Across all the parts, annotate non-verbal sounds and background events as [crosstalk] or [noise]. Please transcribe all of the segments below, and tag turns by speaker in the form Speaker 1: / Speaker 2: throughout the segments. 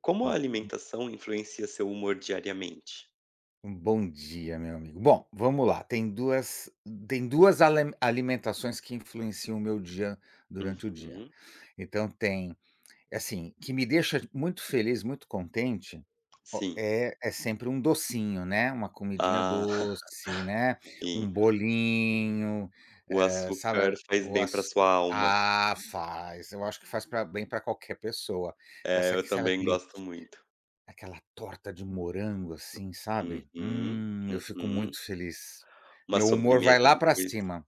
Speaker 1: Como a alimentação influencia seu humor diariamente?
Speaker 2: Um bom dia, meu amigo. Bom, vamos lá. Tem duas alimentações que influenciam o meu dia durante o dia.
Speaker 1: Uhum,
Speaker 2: Então tem, assim, que me deixa muito feliz, muito contente, ó,
Speaker 1: sim.
Speaker 2: é sempre um docinho, né? Uma comidinha
Speaker 1: Ah, [laughs]
Speaker 2: doce, né?
Speaker 1: sim.
Speaker 2: Um bolinho,
Speaker 1: O açúcar
Speaker 2: sabe?
Speaker 1: faz bem para sua alma.
Speaker 2: Ah, faz. Eu acho que faz bem para qualquer pessoa. Tá,
Speaker 1: É,
Speaker 2: sabe
Speaker 1: eu também
Speaker 2: aquele
Speaker 1: gosto muito.
Speaker 2: aquela torta de morango, assim, sabe.
Speaker 1: Uhum,
Speaker 2: Eu fico
Speaker 1: uhum.
Speaker 2: muito feliz.
Speaker 1: Uma
Speaker 2: Meu humor vai
Speaker 1: sobremesa
Speaker 2: lá pra
Speaker 1: depois
Speaker 2: cima.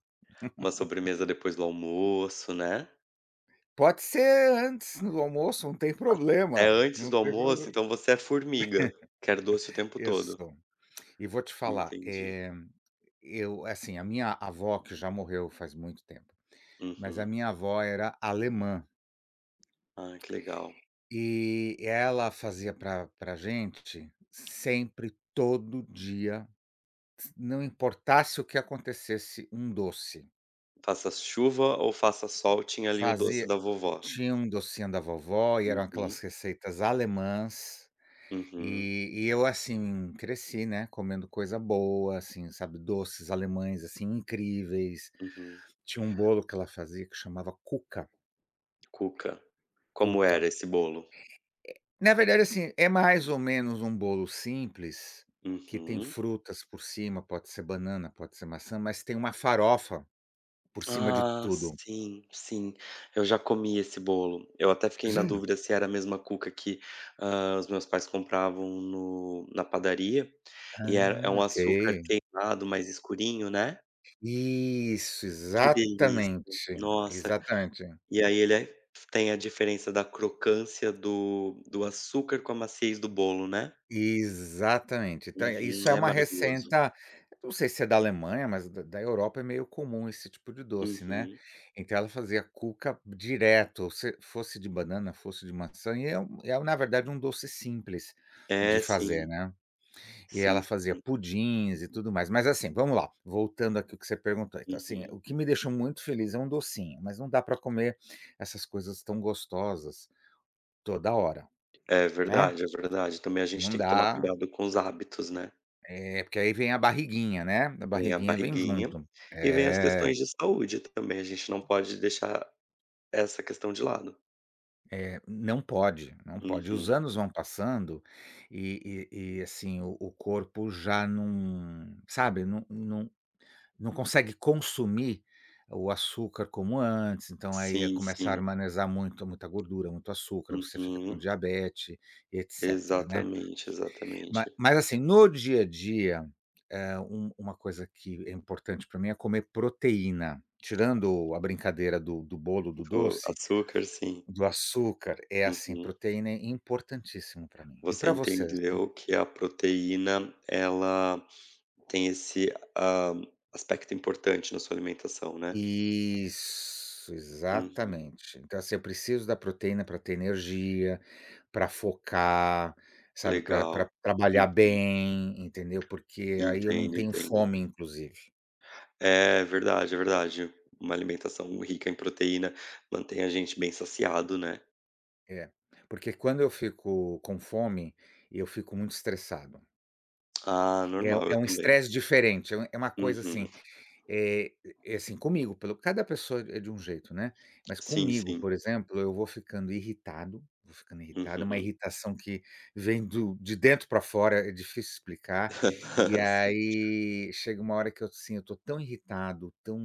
Speaker 1: uma sobremesa depois do almoço, né.
Speaker 2: Pode ser antes do almoço, não tem
Speaker 1: É
Speaker 2: problema,
Speaker 1: antes
Speaker 2: não
Speaker 1: do
Speaker 2: tem
Speaker 1: almoço,
Speaker 2: problema.
Speaker 1: então você é formiga, quer doce o tempo todo.
Speaker 2: Isso. E vou te falar,
Speaker 1: Entendi.
Speaker 2: eu assim, a minha avó, que já morreu faz muito tempo, mas a
Speaker 1: Uhum.
Speaker 2: minha avó era alemã
Speaker 1: Ah, que legal.
Speaker 2: e ela fazia pra gente sempre, todo dia, não importasse o que acontecesse, um doce.
Speaker 1: Faça chuva ou faça sol, tinha ali o doce
Speaker 2: Fazia
Speaker 1: da vovó.
Speaker 2: Tinha um docinho da vovó e eram aquelas
Speaker 1: Uhum,
Speaker 2: receitas alemãs,
Speaker 1: uhum,
Speaker 2: e eu, assim, cresci, né, comendo coisa boa, assim, sabe, doces alemães, assim, incríveis.
Speaker 1: uhum.
Speaker 2: Tinha um bolo que ela fazia que chamava Cuca,
Speaker 1: Cuca. Como
Speaker 2: Cuca.
Speaker 1: era esse bolo?
Speaker 2: Na verdade, assim, é mais ou menos um bolo simples, que tem
Speaker 1: Uhum.
Speaker 2: frutas por cima, pode ser banana, pode ser maçã, mas tem uma farofa por cima de
Speaker 1: Ah,
Speaker 2: tudo.
Speaker 1: sim, sim. Eu já comi esse bolo. Eu até fiquei
Speaker 2: Já?
Speaker 1: na dúvida se era a mesma cuca que, os meus pais compravam no na padaria, e era é
Speaker 2: Ah,
Speaker 1: um
Speaker 2: ok.
Speaker 1: açúcar queimado, mais escurinho, né.
Speaker 2: Isso,
Speaker 1: Que delícia.
Speaker 2: exatamente,
Speaker 1: Nossa.
Speaker 2: exatamente,
Speaker 1: E aí ele é tem a diferença da crocância do açúcar com a maciez do bolo, né.
Speaker 2: exatamente. Então,
Speaker 1: Uhum.
Speaker 2: isso é
Speaker 1: É
Speaker 2: uma
Speaker 1: maravilhoso.
Speaker 2: receita, não sei se é da Alemanha, mas da Europa é meio comum esse tipo de doce, né.
Speaker 1: Uhum.
Speaker 2: Então ela fazia cuca direto, se fosse de banana, fosse de maçã, e é na verdade um doce simples de
Speaker 1: É
Speaker 2: fazer,
Speaker 1: sim.
Speaker 2: né. E
Speaker 1: Sim,
Speaker 2: ela fazia
Speaker 1: sim.
Speaker 2: pudins e tudo mais. Mas assim, vamos lá, voltando aqui o que você perguntou. Então assim,
Speaker 1: Uhum.
Speaker 2: o que me deixou muito feliz é um docinho, mas não dá para comer essas coisas tão gostosas toda hora,
Speaker 1: É
Speaker 2: né.
Speaker 1: verdade, é verdade. Também a gente
Speaker 2: Não
Speaker 1: tem que tomar
Speaker 2: dá,
Speaker 1: cuidado com os hábitos, né.
Speaker 2: é porque aí vem a barriguinha, né, a
Speaker 1: Vem a
Speaker 2: barriguinha vem
Speaker 1: barriguinha
Speaker 2: junto.
Speaker 1: e vem as
Speaker 2: É,
Speaker 1: questões de saúde também, a gente não pode deixar essa questão de lado.
Speaker 2: é, não pode, não pode. Os
Speaker 1: Uhum.
Speaker 2: anos vão passando e assim, o corpo já não sabe, não consegue consumir o açúcar como antes, então aí
Speaker 1: Sim,
Speaker 2: começa a
Speaker 1: sim.
Speaker 2: armazenar muito muita gordura, muito açúcar, você fica com
Speaker 1: Uhum.
Speaker 2: diabetes, e etcétera, né.
Speaker 1: Exatamente,
Speaker 2: Ma
Speaker 1: exatamente.
Speaker 2: mas assim, no dia a dia, uma coisa que é importante para mim é comer proteína. Tirando a brincadeira do bolo, do
Speaker 1: O
Speaker 2: doce,
Speaker 1: açúcar, sim.
Speaker 2: do açúcar, é assim,
Speaker 1: Uhum.
Speaker 2: proteína é importantíssimo para mim. E
Speaker 1: Você
Speaker 2: para você, assim?
Speaker 1: entendeu que a proteína, ela tem esse, hã, aspecto importante na sua alimentação, né.
Speaker 2: Isso,
Speaker 1: Uhum.
Speaker 2: exatamente. Então, assim, eu preciso da proteína para ter energia, para focar, sabe, para
Speaker 1: Legal.
Speaker 2: trabalhar
Speaker 1: Uhum.
Speaker 2: bem, entendeu, porque aí eu não
Speaker 1: Entendo,
Speaker 2: tenho
Speaker 1: entendo.
Speaker 2: fome, inclusive.
Speaker 1: É verdade, é verdade. Uma alimentação rica em proteína mantém a gente bem saciado, né.
Speaker 2: É, porque quando eu fico com fome, eu fico muito estressado.
Speaker 1: Ah,
Speaker 2: É
Speaker 1: normal,
Speaker 2: é
Speaker 1: eu
Speaker 2: um
Speaker 1: também.
Speaker 2: estresse diferente, é é uma coisa
Speaker 1: Uhum.
Speaker 2: assim, eh, é assim, comigo, pelo cada pessoa é de um jeito, né, mas
Speaker 1: Sim,
Speaker 2: comigo,
Speaker 1: sim.
Speaker 2: por exemplo, eu vou ficando irritado, é uma
Speaker 1: Uhum.
Speaker 2: irritação que vem do de dentro para fora, é difícil explicar, e
Speaker 1: [laughs] Sim.
Speaker 2: aí chega uma hora que eu, assim, eu tô tão irritado, tão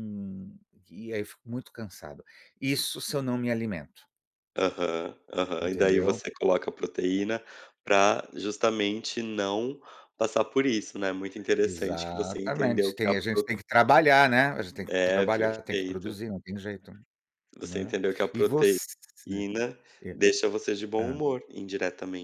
Speaker 2: e aí eu fico muito cansado. Isso se eu não me alimento,
Speaker 1: Aham, aham. E daí
Speaker 2: entendeu?
Speaker 1: você coloca a proteína para justamente não passar por isso, né. Muito interessante que você entendeu
Speaker 2: Exatamente,
Speaker 1: que
Speaker 2: tem
Speaker 1: a
Speaker 2: a gente
Speaker 1: pro
Speaker 2: tem que trabalhar, né, a gente tem que
Speaker 1: é,
Speaker 2: trabalhar, tem que
Speaker 1: perfeito.
Speaker 2: produzir, não tem jeito,
Speaker 1: Você
Speaker 2: né.
Speaker 1: entendeu que a
Speaker 2: E
Speaker 1: proteína
Speaker 2: você é,
Speaker 1: deixa você de bom
Speaker 2: hã,
Speaker 1: humor,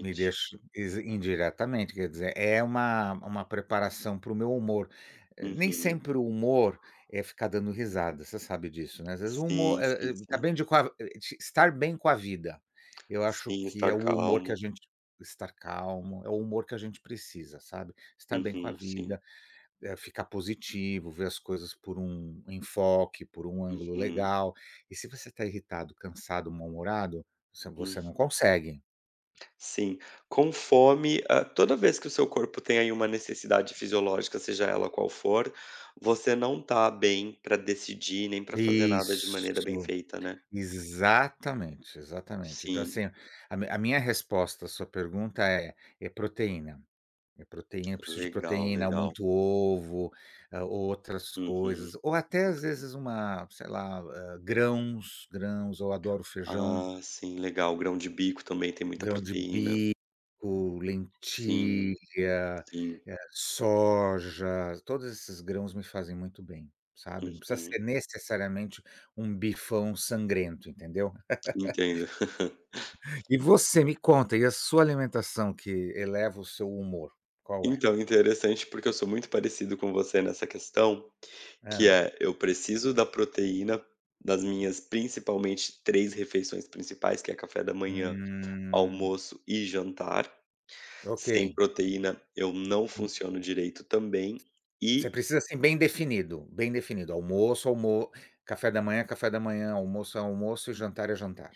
Speaker 2: me deixa exa indiretamente, quer dizer, é uma preparação para o meu humor. Nem
Speaker 1: Uhum.
Speaker 2: sempre o humor é ficar dando risada, você sabe disso, né, às vezes o humor,
Speaker 1: Sim, sim,
Speaker 2: tá
Speaker 1: sim.
Speaker 2: bem de com a eh, de estar bem com a vida, eu acho
Speaker 1: Sim,
Speaker 2: que é
Speaker 1: estar
Speaker 2: o humor que a
Speaker 1: calmo.
Speaker 2: gente estar calmo, é o humor que a gente precisa, sabe, estar bem com a
Speaker 1: Uhum, sim.
Speaker 2: vida, ficar positivo, ver as coisas por um enfoque, por um ângulo
Speaker 1: Uhum,
Speaker 2: legal. E se você está irritado, cansado, mal-humorado, você não
Speaker 1: uhum.
Speaker 2: consegue.
Speaker 1: Sim, com fome, ah, toda vez que o seu corpo tem aí uma necessidade fisiológica, seja ela qual for, você não tá bem pra decidir, nem pra fazer nada de maneira bem
Speaker 2: Isso,
Speaker 1: feita, né.
Speaker 2: exatamente, exatamente. Então,
Speaker 1: Sim,
Speaker 2: assim, a minha resposta à sua pergunta é proteína. É proteína, eu preciso de
Speaker 1: legal,
Speaker 2: proteína,
Speaker 1: legal.
Speaker 2: muito ovo, outras coisas,
Speaker 1: Uhum.
Speaker 2: ou até às vezes uma, sei lá, grãos, eu adoro feijão.
Speaker 1: Ah, sim, legal. Grão de bico também tem muita
Speaker 2: Grão de
Speaker 1: proteína.
Speaker 2: bico,
Speaker 1: Sim,
Speaker 2: lentilha,
Speaker 1: sim.
Speaker 2: soja, todos esses grãos me fazem muito bem, sabe. Não precisa
Speaker 1: Uhum,
Speaker 2: ser necessariamente um bifão sangrento, entendeu.
Speaker 1: entendo.
Speaker 2: E você, me conta, e a sua alimentação que eleva o seu humor, qual é?
Speaker 1: Então, interessante, porque eu sou muito parecido com você nessa questão, que
Speaker 2: Hã.
Speaker 1: é: eu preciso da proteína das minhas principalmente 3 refeições principais, que é café da manhã,
Speaker 2: Hum,
Speaker 1: almoço e jantar.
Speaker 2: ok.
Speaker 1: Sem proteína eu não funciono direito também.
Speaker 2: Você
Speaker 1: E
Speaker 2: precisa, assim, bem definido, almoço, almo café da manhã, almoço é almoço e jantar é jantar.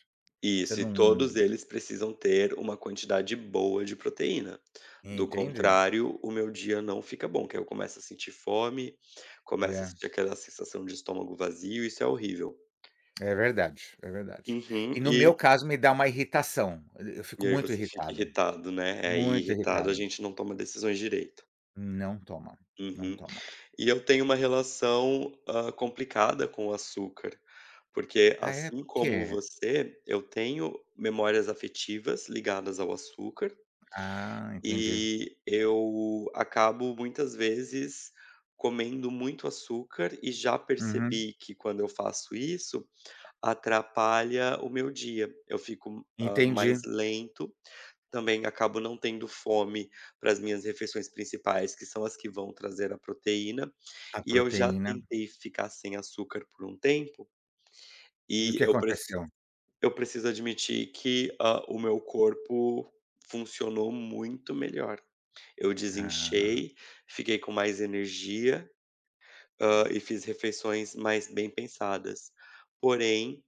Speaker 2: Você
Speaker 1: isso, e
Speaker 2: não
Speaker 1: todos eles precisam ter uma quantidade boa de proteína. Do
Speaker 2: Entendi.
Speaker 1: contrário, o meu dia não fica bom, que aí eu começo a sentir fome, começo a
Speaker 2: É.
Speaker 1: sentir aquela sensação de estômago vazio, isso é horrível.
Speaker 2: É verdade, é verdade. E
Speaker 1: Uhum.
Speaker 2: no
Speaker 1: E
Speaker 2: meu caso me dá uma irritação, eu
Speaker 1: e
Speaker 2: fico
Speaker 1: aí
Speaker 2: muito
Speaker 1: você fica
Speaker 2: irritado,
Speaker 1: irritado, né. Aí
Speaker 2: muito
Speaker 1: irritado a
Speaker 2: irritado.
Speaker 1: gente não toma decisões direito.
Speaker 2: Não toma, não
Speaker 1: Uhum.
Speaker 2: toma.
Speaker 1: E eu tenho uma relação, complicada com o açúcar, porque
Speaker 2: Ah é,
Speaker 1: assim
Speaker 2: por
Speaker 1: como
Speaker 2: quê?
Speaker 1: você, eu tenho memórias afetivas ligadas ao açúcar
Speaker 2: Ah, entendi.
Speaker 1: e eu acabo muitas vezes comendo muito açúcar e já
Speaker 2: Uhum.
Speaker 1: percebi que quando eu faço isso, atrapalha o meu dia. Eu fico,
Speaker 2: Entendi,
Speaker 1: mais lento. Também acabo não tendo fome para as minhas refeições principais, que são as que vão trazer a proteína,
Speaker 2: a
Speaker 1: e eu já
Speaker 2: proteína.
Speaker 1: tentei ficar sem açúcar por um tempo,
Speaker 2: E o
Speaker 1: e
Speaker 2: que aconteceu?
Speaker 1: eu preciso admitir que, o meu corpo funcionou muito melhor. Eu
Speaker 2: Ah,
Speaker 1: desinchei, fiquei com mais energia, e fiz refeições mais bem pensadas. Porém,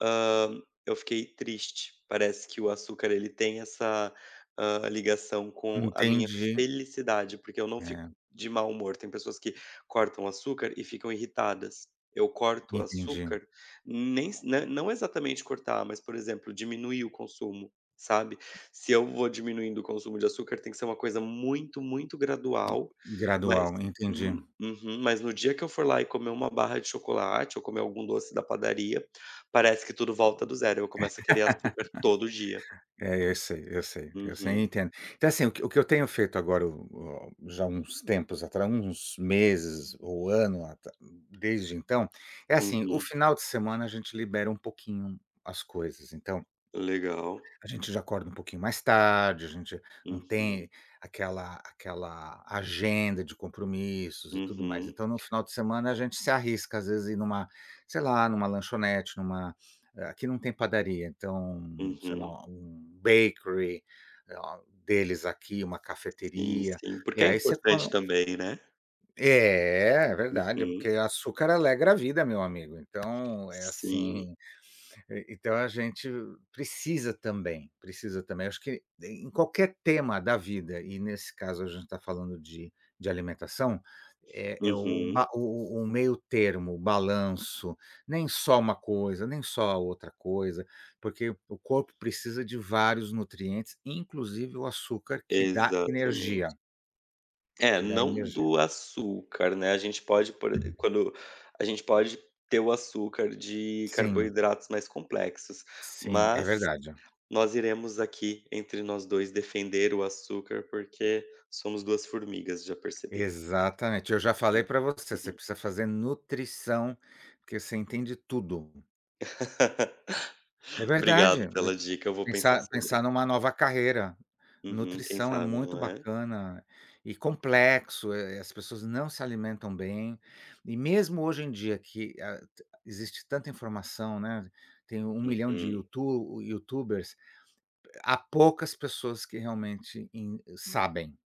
Speaker 1: Eu fiquei triste. Parece que o açúcar ele tem essa, ligação com a minha
Speaker 2: entendi.
Speaker 1: felicidade, porque eu não
Speaker 2: É,
Speaker 1: fico de mau humor. Tem pessoas que cortam açúcar e ficam irritadas. Eu corto o
Speaker 2: entendi.
Speaker 1: açúcar, nem s nã não exatamente cortar, mas, por exemplo, diminuir o consumo, sabe. Se eu vou diminuindo o consumo de açúcar, tem que ser uma coisa muito, muito gradual, mas
Speaker 2: Gradual, entendi.
Speaker 1: uhum. Mas no dia que eu for lá e comer uma barra de chocolate ou comer algum doce da padaria, parece que tudo volta do zero, eu começo a querer açúcar todo dia.
Speaker 2: É, eu sei, eu sei, eu sei, eu
Speaker 1: Uhum,
Speaker 2: entendo. Então, assim, o que eu tenho feito agora, o já uns tempos atrás, uns meses ou ano atra desde então, é assim, o
Speaker 1: uhum.
Speaker 2: final de semana a gente libera um pouquinho as coisas, então
Speaker 1: Legal.
Speaker 2: a gente já acorda um pouquinho mais tarde, a gente não
Speaker 1: Uhum,
Speaker 2: tem aquela agenda de compromissos e tudo mais.
Speaker 1: uhum,
Speaker 2: Então, no final de semana, a gente se arrisca, às vezes, ir numa, sei lá, numa lanchonete, aqui não tem padaria, então, sei lá,
Speaker 1: uhum.
Speaker 2: um bakery, ah, deles aqui, uma
Speaker 1: Sim,
Speaker 2: cafeteria,
Speaker 1: sim,
Speaker 2: e
Speaker 1: porque é
Speaker 2: aí você come
Speaker 1: importante
Speaker 2: um
Speaker 1: também, né.
Speaker 2: é, é verdade, porque
Speaker 1: Uhum.
Speaker 2: açúcar alegra a vida, meu amigo. Então, é
Speaker 1: Sim.
Speaker 2: assim e então a gente precisa também, precisa também. Acho que em qualquer tema da vida, e nesse caso a gente está falando de alimentação, é o
Speaker 1: Uhum.
Speaker 2: ba o o meio termo, o balanço, nem só uma coisa, nem só a outra coisa, porque o corpo precisa de vários nutrientes, inclusive o açúcar que dá energia,
Speaker 1: Exatamente. É,
Speaker 2: que dá
Speaker 1: não
Speaker 2: energia.
Speaker 1: do açúcar, né, a gente pode por e quando a gente pode ter o açúcar de
Speaker 2: Sim,
Speaker 1: carboidratos mais complexos,
Speaker 2: sim, é
Speaker 1: mas
Speaker 2: verdade.
Speaker 1: Nós iremos aqui, entre nós 2 defender o açúcar, porque somos 2 formigas, já percebi.
Speaker 2: Exatamente. Eu já falei
Speaker 1: Hum,
Speaker 2: para você, você
Speaker 1: uhum.
Speaker 2: precisa fazer nutrição, porque você entende tudo.
Speaker 1: [laughs]
Speaker 2: É
Speaker 1: Obrigado
Speaker 2: verdade,
Speaker 1: pela dica, eu vou pensar
Speaker 2: pensar
Speaker 1: sobre.
Speaker 2: numa nova carreira.
Speaker 1: Uhum, quem
Speaker 2: Nutrição é
Speaker 1: sabe,
Speaker 2: muito
Speaker 1: não é?
Speaker 2: bacana e complexo, as pessoas não se alimentam bem. E mesmo hoje em dia que, ah, t existe tanta informação, né, tem 1 milhão de
Speaker 1: Uhum,
Speaker 2: youtubers, há poucas pessoas que realmente in sabem,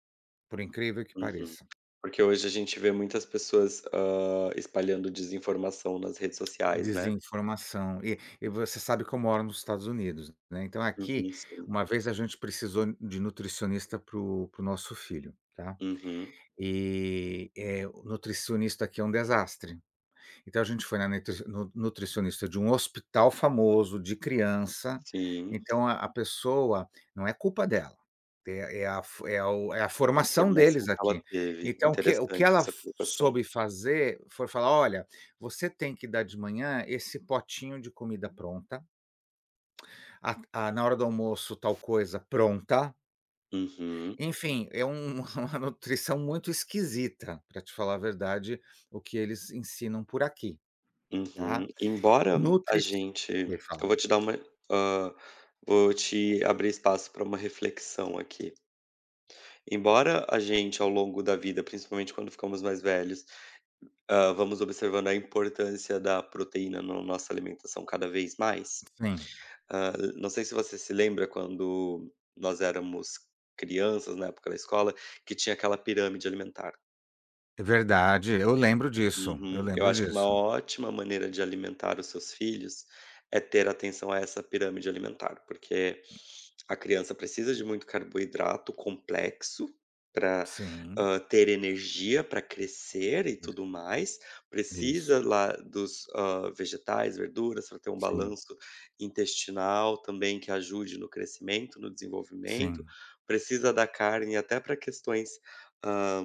Speaker 2: por incrível que
Speaker 1: uhum.
Speaker 2: pareça.
Speaker 1: Porque hoje a gente vê muitas pessoas, espalhando desinformação nas redes sociais, né.
Speaker 2: Desinformação. E você sabe que eu moro nos Estados Unidos, né, então
Speaker 1: Uhum,
Speaker 2: aqui,
Speaker 1: sim.
Speaker 2: uma vez a gente precisou de nutricionista para o nosso filho, tá.
Speaker 1: Uhum,
Speaker 2: E, o nutricionista aqui é um desastre. Então a gente foi na nutricionista de um hospital famoso de criança,
Speaker 1: sim.
Speaker 2: então a pessoa não é culpa dela, é é a fo é o é a
Speaker 1: A
Speaker 2: formação
Speaker 1: formação
Speaker 2: deles
Speaker 1: que
Speaker 2: aqui.
Speaker 1: ela teve.
Speaker 2: Então o que
Speaker 1: Interessante
Speaker 2: ela
Speaker 1: essa
Speaker 2: f
Speaker 1: colocação.
Speaker 2: soube fazer foi falar: "Olha, você tem que dar de manhã esse potinho de comida pronta, a na hora do almoço tal coisa pronta".
Speaker 1: Uhum.
Speaker 2: Enfim, [laughs] uma nutrição muito esquisita, para te falar a verdade, o que eles ensinam por aqui, tá?
Speaker 1: Uhum. Embora a
Speaker 2: Nutric Me
Speaker 1: gente eu
Speaker 2: fala.
Speaker 1: vou te dar uma hã, Vou te abrir espaço para uma reflexão aqui. Embora a gente ao longo da vida, principalmente quando ficamos mais velhos, vamos observando a importância da proteína na nossa alimentação cada vez mais,
Speaker 2: Sim,
Speaker 1: não sei se você se lembra quando nós éramos crianças, na época da escola, que tinha aquela pirâmide alimentar.
Speaker 2: é verdade, eu lembro disso, eu
Speaker 1: Uhum. Eu
Speaker 2: lembro
Speaker 1: acho que uma
Speaker 2: disso.
Speaker 1: ótima maneira de alimentar os seus filhos é ter atenção a essa pirâmide alimentar, porque a criança precisa de muito carboidrato complexo para
Speaker 2: Sim,
Speaker 1: ter energia para crescer e
Speaker 2: isso,
Speaker 1: tudo mais,
Speaker 2: isso.
Speaker 1: precisa lá dos vegetais, verduras, para ter um
Speaker 2: Sim,
Speaker 1: balanço intestinal também que ajude no crescimento, no desenvolvimento,
Speaker 2: sim.
Speaker 1: precisa da carne até para questões ah,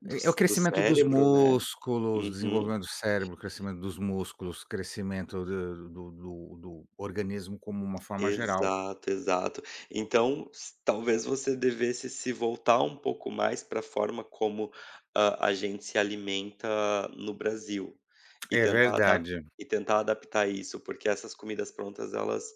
Speaker 1: do,
Speaker 2: É o
Speaker 1: do
Speaker 2: crescimento dos
Speaker 1: cérebro, né?
Speaker 2: músculos,
Speaker 1: Uhum.
Speaker 2: desenvolvimento do cérebro, crescimento dos músculos, crescimento do organismo como uma forma geral.
Speaker 1: Exato, exato. Então, s talvez você devesse se voltar um pouco mais para a forma como, a gente se alimenta no Brasil e
Speaker 2: É
Speaker 1: tentar adap
Speaker 2: verdade.
Speaker 1: e tentar adaptar isso, porque essas comidas prontas, elas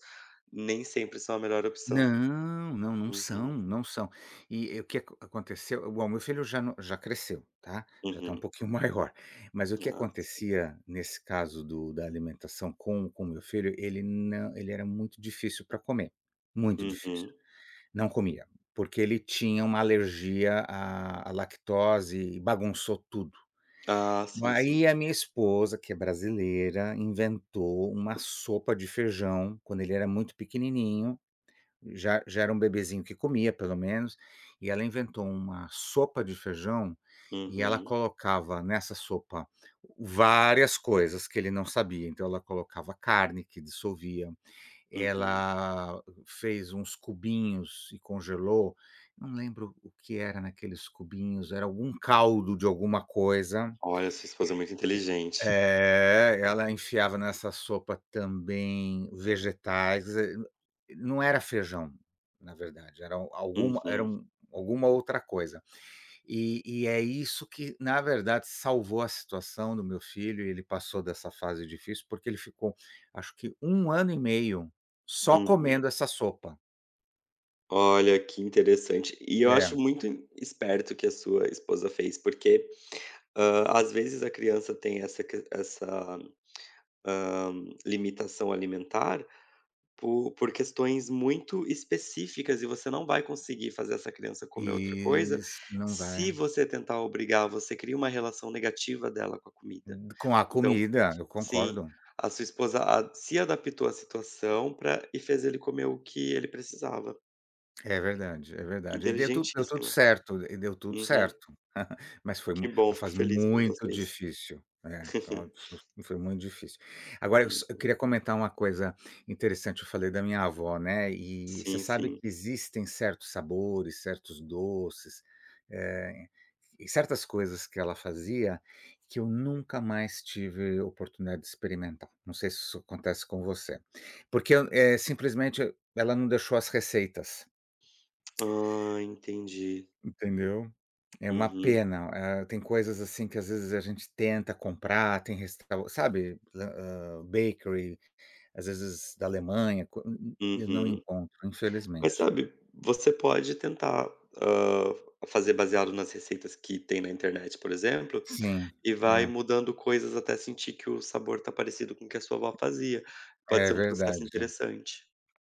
Speaker 1: nem sempre são a melhor opção.
Speaker 2: Não, não, não são,
Speaker 1: Uhum,
Speaker 2: não são. E, o que aconteceu bom, meu filho já não já cresceu, tá, já está um
Speaker 1: uhum.
Speaker 2: pouquinho [laughs] maior, mas o que
Speaker 1: Ah, sim.
Speaker 2: acontecia nesse caso do da alimentação com o meu filho, ele não ele era muito difícil para comer, muito difícil.
Speaker 1: Uhum.
Speaker 2: Não comia, porque ele tinha uma alergia à lactose e bagunçou tudo.
Speaker 1: Ah, sim, sim.
Speaker 2: Aí a minha esposa, que é brasileira, inventou uma sopa de feijão, quando ele era muito pequenininho já era um bebezinho que comia, pelo menos, e ela inventou uma sopa de feijão e ela
Speaker 1: Uhum,
Speaker 2: colocava nessa sopa várias coisas que ele não sabia. Então ela colocava carne que dissolvia,
Speaker 1: uhum.
Speaker 2: ela fez uns cubinhos e congelou, não lembro o que era naqueles cubinhos, era algum caldo de alguma coisa.
Speaker 1: Olha, sua esposa é muito inteligente.
Speaker 2: É, ela enfiava nessa sopa também vegetais, não era feijão, na verdade, era alguma era
Speaker 1: Uhum,
Speaker 2: um alguma outra coisa. E é isso que, na verdade, salvou a situação do meu filho, e ele passou dessa fase difícil, porque ele ficou, acho que 1 ano e meio só
Speaker 1: uhum.
Speaker 2: comendo essa sopa.
Speaker 1: Olha, que interessante. E eu
Speaker 2: É,
Speaker 1: acho muito esperto o que a sua esposa fez, porque, às vezes a criança tem essa, hã, limitação alimentar por questões muito específicas e você não vai conseguir fazer essa criança comer outra
Speaker 2: e
Speaker 1: coisa,
Speaker 2: isso, não
Speaker 1: se
Speaker 2: vai.
Speaker 1: você tentar obrigar, você cria uma relação negativa dela com a comida.
Speaker 2: Com a
Speaker 1: Então
Speaker 2: comida, eu
Speaker 1: sim,
Speaker 2: concordo.
Speaker 1: a sua esposa a se adaptou à situação pra e fez ele comer o que ele precisava.
Speaker 2: É verdade, é verdade. E deu tudo
Speaker 1: Inteligentíssima.
Speaker 2: certo, e deu tudo
Speaker 1: Uhum.
Speaker 2: certo. [laughs] Mas foi
Speaker 1: Que
Speaker 2: mu
Speaker 1: bom,
Speaker 2: uma
Speaker 1: fico
Speaker 2: fase
Speaker 1: feliz por
Speaker 2: muito
Speaker 1: vocês.
Speaker 2: difícil. É, foi
Speaker 1: [laughs]
Speaker 2: [laughs] foi muito difícil. Agora eu queria
Speaker 1: Uhum.
Speaker 2: comentar uma coisa interessante, eu falei da minha avó, né, e você
Speaker 1: Sim,
Speaker 2: sabe que
Speaker 1: sim.
Speaker 2: existem certos sabores, certos doces, eh, e certas coisas que ela fazia, que eu nunca mais tive oportunidade de experimentar. Não sei se isso acontece com você. Porque eu, simplesmente ela não deixou as receitas.
Speaker 1: Ah, entendi.
Speaker 2: Entendeu? É uma
Speaker 1: Uhum,
Speaker 2: pena, tem coisas, assim, que às vezes a gente tenta comprar, tem restau sabe, bakery, às vezes da Alemanha, co eu não
Speaker 1: uhum.
Speaker 2: encontro,
Speaker 1: Mas
Speaker 2: infelizmente.
Speaker 1: sabe, você pode tentar, hã, fazer baseado nas receitas que tem na internet, por exemplo,
Speaker 2: Sim,
Speaker 1: e vai
Speaker 2: é,
Speaker 1: mudando coisas até sentir que o sabor tá parecido com o que a sua avó fazia. Pode
Speaker 2: é
Speaker 1: ser um processo
Speaker 2: verdade.
Speaker 1: interessante.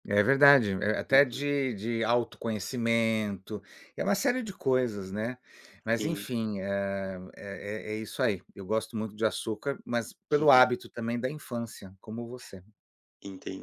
Speaker 2: É verdade, até
Speaker 1: Uhum,
Speaker 2: de autoconhecimento, é uma série de coisas, né. Mas
Speaker 1: sim.
Speaker 2: enfim, é isso aí, eu gosto muito de açúcar, mas pelo
Speaker 1: [laughs]
Speaker 2: hábito também da infância, como você.
Speaker 1: Entendi.